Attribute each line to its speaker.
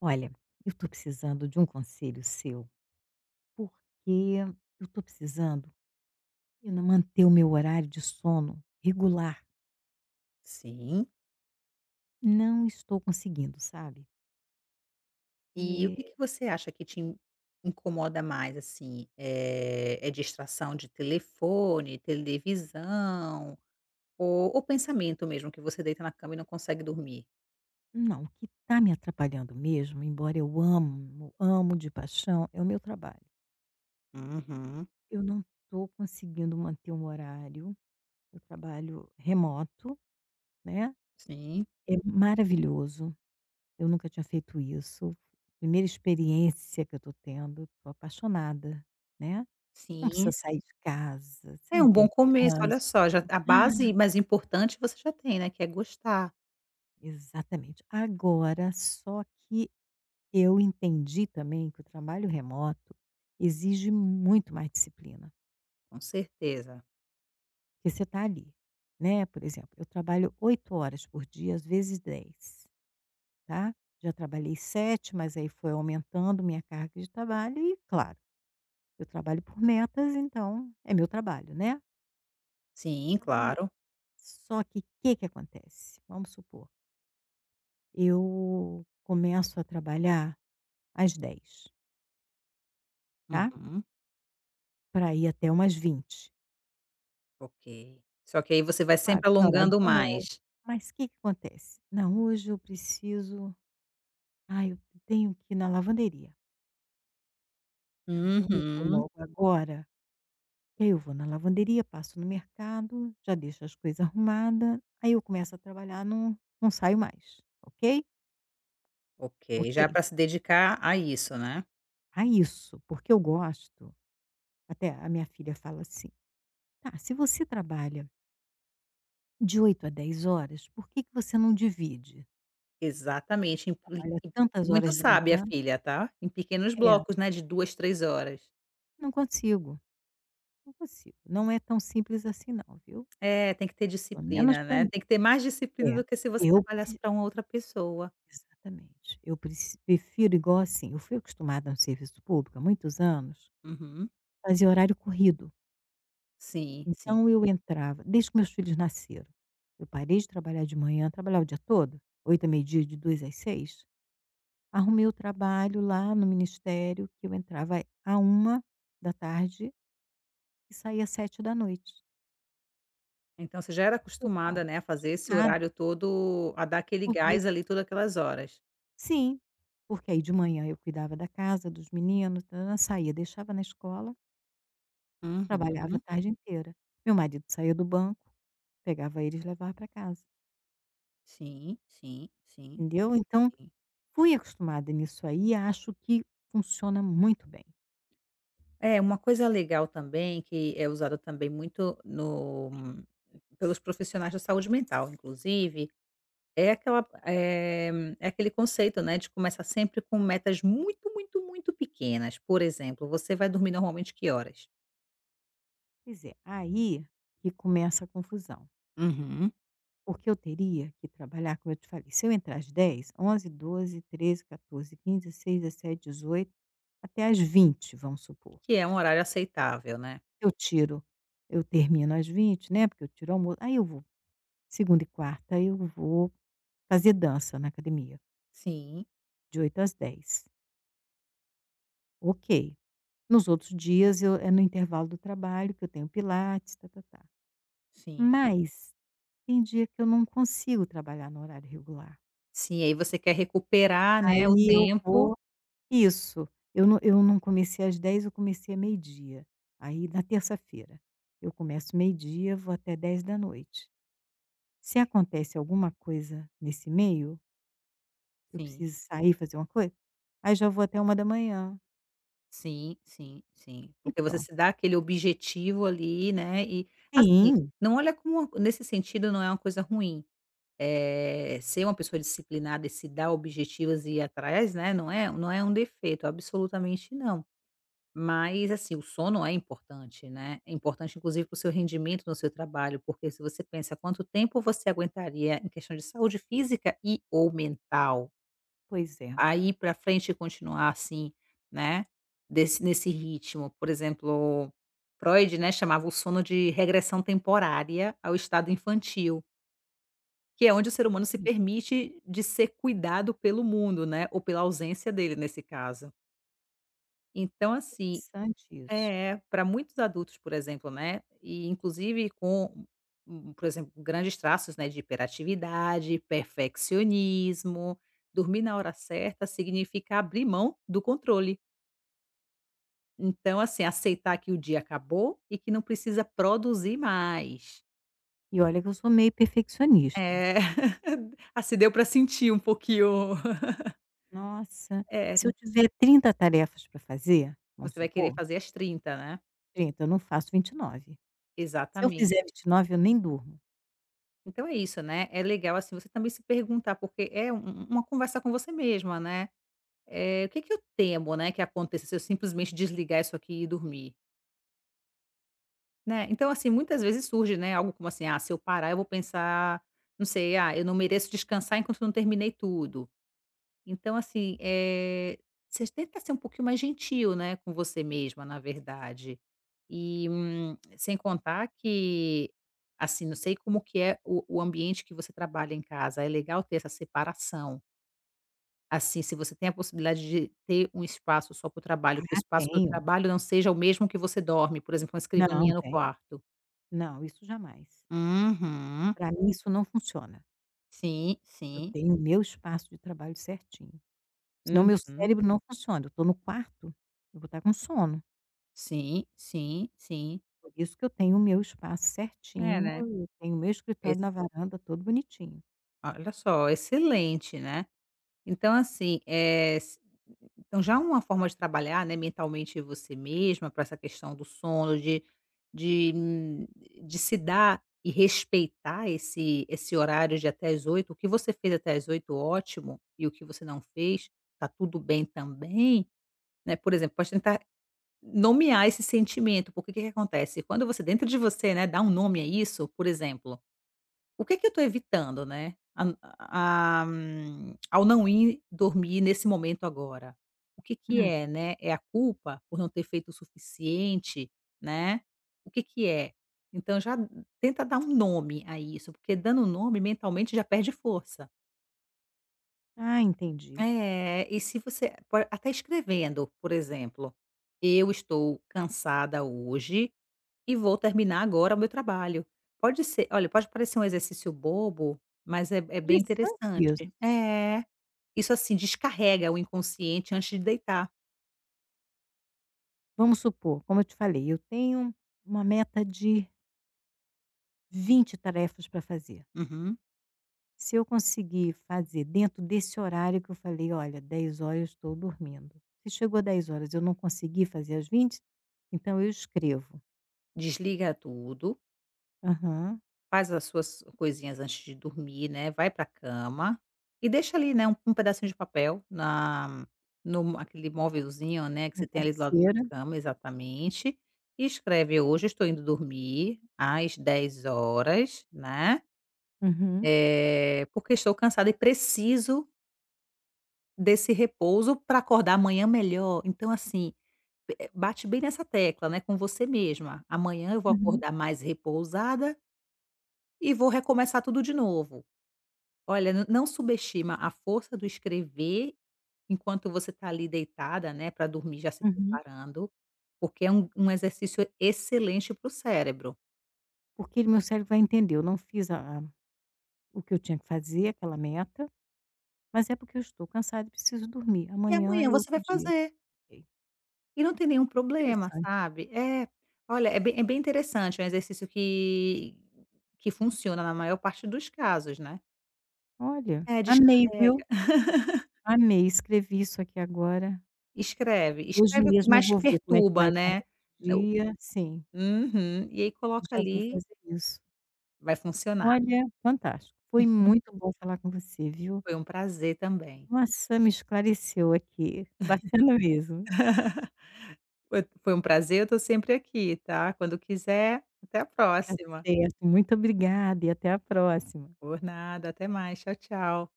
Speaker 1: Olha, eu estou precisando de um conselho seu, porque eu estou precisando e não manter o meu horário de sono regular.
Speaker 2: Sim.
Speaker 1: Não estou conseguindo, sabe?
Speaker 2: E o
Speaker 1: Eh,
Speaker 2: que que você acha que te in incomoda mais, assim? É distração de telefone, televisão ou pensamento mesmo que você deita na cama e não consegue dormir?
Speaker 1: não, o que está me atrapalhando mesmo, embora eu amo, amo de paixão, é o meu trabalho.
Speaker 2: Uhum.
Speaker 1: Eu não estou conseguindo manter um horário. Eu trabalho remoto, né?
Speaker 2: Sim,
Speaker 1: É maravilhoso. Eu nunca tinha feito isso. Primeira experiência que eu estou tendo, estou apaixonada, né? Não precisa
Speaker 2: sim.
Speaker 1: sair de casa, você
Speaker 2: É
Speaker 1: não
Speaker 2: um bom
Speaker 1: tem
Speaker 2: começo, olha
Speaker 1: trânsito.
Speaker 2: só, já a base mais importante você já tem, né, que é gostar,
Speaker 1: Exatamente. Agora, só que eu entendi também que o trabalho remoto exige muito mais disciplina,
Speaker 2: com certeza.
Speaker 1: porque você está ali, né, por exemplo, eu trabalho 8 horas por dia, às vezes 10, tá. Já trabalhei 7, mas aí foi aumentando minha carga de trabalho e, claro, eu trabalho por metas, então é meu trabalho, né.
Speaker 2: Sim,
Speaker 1: Aí,
Speaker 2: claro.
Speaker 1: só que o que que acontece? Vamos supor. Eu começo a trabalhar às 10, tá,
Speaker 2: Uhum.
Speaker 1: para ir até umas 20.
Speaker 2: Ok. Só que aí você vai
Speaker 1: H Claro,
Speaker 2: sempre
Speaker 1: tem horário de
Speaker 2: alongando
Speaker 1: almoço,
Speaker 2: mais.
Speaker 1: mas o que que acontece? "Não, hoje eu preciso. Ah, eu tenho que ir na lavanderia. Ah, então eu vou
Speaker 2: Uhum.
Speaker 1: logo agora." Que aí eu vou na lavanderia, passo no mercado, já deixo as coisas arrumadas. Aí eu começo a trabalhar, não não saio mais, ok?
Speaker 2: Ok, já
Speaker 1: Ok.
Speaker 2: para se dedicar a isso, né.
Speaker 1: Ah, isso, porque eu gosto. Até a minha filha fala assim: "Tá, se você trabalha de 8 a 10 horas, por que que você não divide?
Speaker 2: Exatamente, em pli
Speaker 1: Olha,
Speaker 2: em
Speaker 1: tantas
Speaker 2: muito
Speaker 1: horas de
Speaker 2: sábia a
Speaker 1: manhã."
Speaker 2: filha, tá. Em pequenos
Speaker 1: É,
Speaker 2: blocos, né, de 2, 3 horas.
Speaker 1: não consigo, não consigo. Não é tão simples assim não, viu.
Speaker 2: É, tem que ter
Speaker 1: Pelo menos
Speaker 2: disciplina,
Speaker 1: para
Speaker 2: né,
Speaker 1: mim.
Speaker 2: tem que ter mais
Speaker 1: É,
Speaker 2: disciplina do que se você
Speaker 1: eu pre
Speaker 2: trabalhasse para uma outra pessoa.
Speaker 1: exatamente. Eu preci prefiro igual assim, eu fui acostumada a um serviço público há muitos anos,
Speaker 2: Uhum.
Speaker 1: fazia horário corrido.
Speaker 2: Sim, sim.
Speaker 1: Então eu entrava desde que meus filhos nasceram. Eu parei de trabalhar de manhã, trabalhava o dia todo, 8h a meio-dia, de 2 às 6. Arrumei o trabalho lá no ministério, que eu entrava à 1 da tarde e saía às 7 da noite.
Speaker 2: Então você já era
Speaker 1: Eu estava
Speaker 2: acostumada, né, a fazer esse
Speaker 1: nada,
Speaker 2: horário todo a dar aquele
Speaker 1: corrida.
Speaker 2: gás ali, todas aquelas horas.
Speaker 1: Sim, porque aí de manhã eu cuidava da casa, dos meninos, tã saía, deixava na escola, trabalhava a
Speaker 2: Uhum.
Speaker 1: tarde inteira. Meu marido saía do banco, pegava eles e levava para casa,
Speaker 2: Sim, sim, sim,
Speaker 1: entendeu? Então,
Speaker 2: sim.
Speaker 1: fui acostumada nisso aí e acho que funciona muito bem.
Speaker 2: É, uma coisa legal também, que é usada também muito no pelos profissionais da saúde mental, inclusive, é aquela eh, é aquele conceito, né, de começar sempre com metas muito, muito, muito pequenas. Por exemplo, você vai dormir normalmente que horas?
Speaker 1: Quer dizer, aí que começa a confusão.
Speaker 2: Uhum.
Speaker 1: Porque eu teria que trabalhar, como eu te falei, se eu entrar às dez, onze, doze, treze, 12, quinze, dezesseis, dezessete, dezoito, até às 20, vamos supor.
Speaker 2: Que é um horário aceitável, né?
Speaker 1: Eu tiro, eu termino às 20, né, porque eu tiro o almoço, aí eu vou segunda e quarta, eu vou fazer dança na academia,
Speaker 2: Sim,
Speaker 1: de 8 às 10. Ok. Nos outros dias eu é no intervalo do trabalho que eu tenho pilates, tá-tá-tá.
Speaker 2: sim.
Speaker 1: Mas tem dia que eu não consigo trabalhar no horário regular.
Speaker 2: Sim, aí você quer recuperar, né, o
Speaker 1: Aí eu
Speaker 2: tempo.
Speaker 1: vou Isso. Eu não comecei às 10, eu comecei a meio-dia. Aí, na terça-feira, eu começo meio-dia, vou até 10 da noite. Se acontece alguma coisa nesse meio, eu
Speaker 2: Sim.
Speaker 1: preciso sair, fazer uma coisa, aí já vou até 1 da manhã
Speaker 2: Sim, sim, sim.
Speaker 1: e
Speaker 2: Porque você
Speaker 1: pronto.
Speaker 2: se dá aquele objetivo ali, né, e, assim,
Speaker 1: Sim,
Speaker 2: não olha como nesse sentido não é uma coisa ruim, é ser uma pessoa disciplinada e se dar objetivos e ir atrás, né, não é um defeito, absolutamente não. Mas, assim, o sono é importante, né, é importante inclusive para o seu rendimento no seu trabalho, porque se você pensa quanto tempo você aguentaria em questão de saúde física e ou mental
Speaker 1: pois é.
Speaker 2: a ir para frente e continuar assim, né, desse nesse ritmo. Por exemplo, Freud, né, chamava o sono de regressão temporária ao estado infantil, que é onde o ser humano se
Speaker 1: Hum.
Speaker 2: permite de ser cuidado pelo mundo, né, ou pela ausência dele nesse caso. Então assim,
Speaker 1: Interessante isso.
Speaker 2: é, para muitos adultos, por exemplo, né, e inclusive com, por exemplo, grandes traços, né, de hiperatividade, perfeccionismo, dormir na hora certa significa abrir mão do controle. Então, assim, aceitar que o dia acabou e que não precisa produzir mais.
Speaker 1: E olha que eu sou meio perfeccionista.
Speaker 2: É, assim, deu para sentir um pouquinho.
Speaker 1: Nossa,
Speaker 2: É,
Speaker 1: se eu tiver 30 tarefas para fazer, vamos
Speaker 2: você vai querer
Speaker 1: supor,
Speaker 2: fazer às 30, né?
Speaker 1: 30, eu não faço 29. Se eu
Speaker 2: Exatamente.
Speaker 1: fizer 29, eu nem durmo.
Speaker 2: Então é isso, né? É legal assim você também se perguntar, porque é uma conversa com você mesma, né? O que que eu temo, né, que aconteça se eu simplesmente desligar isso aqui e dormir, né? Então, assim, muitas vezes surge, né, algo como assim: "Ah, se eu parar, eu vou pensar, não sei, ah, eu não mereço descansar enquanto eu não terminei tudo". Então, assim, você tenta ser um pouquinho mais gentil, né, com você mesma, na verdade. E, sem contar que, assim, não sei como que é o ambiente que você trabalha em casa, é legal ter essa separação. Assim, se você tem a possibilidade de ter um espaço só para o trabalho, que o
Speaker 1: Ah,
Speaker 2: espaço do
Speaker 1: tenho.
Speaker 2: trabalho não seja o mesmo que você dorme, por exemplo, uma
Speaker 1: Não,
Speaker 2: escrivaninha no
Speaker 1: tem.
Speaker 2: quarto.
Speaker 1: Não, isso jamais.
Speaker 2: Uhum.
Speaker 1: Para mim isso não funciona.
Speaker 2: Sim,
Speaker 1: Eu
Speaker 2: sim.
Speaker 1: tenho o meu espaço de trabalho certinho, senão meu
Speaker 2: Uhum.
Speaker 1: cérebro não funciona. Eu estou no quarto, eu vou estar com sono.
Speaker 2: Sim, sim, sim.
Speaker 1: Por isso que eu tenho o meu espaço
Speaker 2: É,
Speaker 1: certinho,
Speaker 2: né.
Speaker 1: eu tenho o meu
Speaker 2: Ex
Speaker 1: escritório na varanda todo bonitinho.
Speaker 2: Olha só, excelente, né. Então assim, eh, s então já uma forma de trabalhar, né, mentalmente você mesma para essa questão do sono, de hum, de se dar e respeitar esse horário de até as 8. O que você fez até as 8, ótimo, e o que você não fez, tá tudo bem também, né. Por exemplo, pode tentar nomear esse sentimento, porque o que que acontece, quando você dentro de você, né, dá um nome a isso, por exemplo o que que eu estou evitando, né, a ao não ir dormir nesse momento agora? O que que
Speaker 1: Hum.
Speaker 2: é, né? É a culpa por não ter feito o suficiente, né? O que que é? Então já tenta dar um nome a isso, porque dando um nome mentalmente já perde força.
Speaker 1: Ah, entendi.
Speaker 2: É, e se você po até escrevendo, por exemplo: "Eu estou cansada hoje e vou terminar agora o meu trabalho". Pode ser, olha, pode parecer um exercício bobo, mas é bem
Speaker 1: Interessante isso.
Speaker 2: interessante. É. Isso, assim, descarrega o inconsciente antes de deitar.
Speaker 1: Vamos supor, como eu te falei, eu tenho uma meta de 20 tarefas para fazer.
Speaker 2: Uhum.
Speaker 1: Se eu conseguir fazer dentro desse horário que eu falei: "Olha, 10 horas eu estou dormindo." Se chegou 22h e eu não consegui fazer às 20, então eu escrevo.
Speaker 2: Desliga tudo,
Speaker 1: Aham.
Speaker 2: faz as suas coisinhas antes de dormir, né, vai pra cama e deixa ali, né, um pedacinho de papel na no aquele móvelzinho, né, que
Speaker 1: Na
Speaker 2: você tem ali do lado da
Speaker 1: cabeceira.
Speaker 2: cama, exatamente, e escreve: "Hoje estou indo dormir às 10 horas, né,
Speaker 1: Uhum,
Speaker 2: Porque estou cansada e preciso desse repouso para acordar amanhã melhor". Então, assim, bate bem nessa tecla, né, com você mesma. Amanhã eu vou
Speaker 1: uhum,
Speaker 2: acordar mais repousada e vou recomeçar tudo de novo. Olha, n não subestima a força do escrever enquanto você está ali deitada, né, para dormir já se
Speaker 1: uhum.
Speaker 2: preparando, porque é um exercício excelente para o cérebro.
Speaker 1: Porque ele meu cérebro vai entender, eu não fiz a o que eu tinha que fazer, aquela meta, mas é porque eu estou cansada e preciso dormir.
Speaker 2: E
Speaker 1: Amanhã
Speaker 2: amanhã
Speaker 1: é
Speaker 2: você
Speaker 1: outro
Speaker 2: vai
Speaker 1: dia.
Speaker 2: fazer.
Speaker 1: Ok,
Speaker 2: E não tem nenhum problema,
Speaker 1: interessante.
Speaker 2: sabe. É, olha, é bem interessante, é um exercício que funciona na maior parte dos casos, né.
Speaker 1: Olha,
Speaker 2: É,
Speaker 1: amei, viu.
Speaker 2: descarrega.
Speaker 1: Amei, escrevi isso aqui agora.
Speaker 2: Escreve,
Speaker 1: Hoje
Speaker 2: escreve o que
Speaker 1: mesmo eu
Speaker 2: mais te
Speaker 1: vou ver como é que vai
Speaker 2: perturba,
Speaker 1: estar
Speaker 2: né.
Speaker 1: meu
Speaker 2: No
Speaker 1: dia. Sim.
Speaker 2: Uhum. E aí coloca
Speaker 1: Já vou
Speaker 2: ali,
Speaker 1: fazer isso.
Speaker 2: vai funcionar.
Speaker 1: Olha, fantástico. Foi
Speaker 2: Uhum.
Speaker 1: muito bom falar com você, viu.
Speaker 2: Foi um prazer também.
Speaker 1: Nossa, me esclareceu aqui. Bacana mesmo.
Speaker 2: Foi um prazer, eu tô sempre aqui, tá. Quando quiser, até a
Speaker 1: Tá
Speaker 2: próxima.
Speaker 1: certo, muito obrigada e até a próxima.
Speaker 2: Por nada, até mais, tchau, tchau.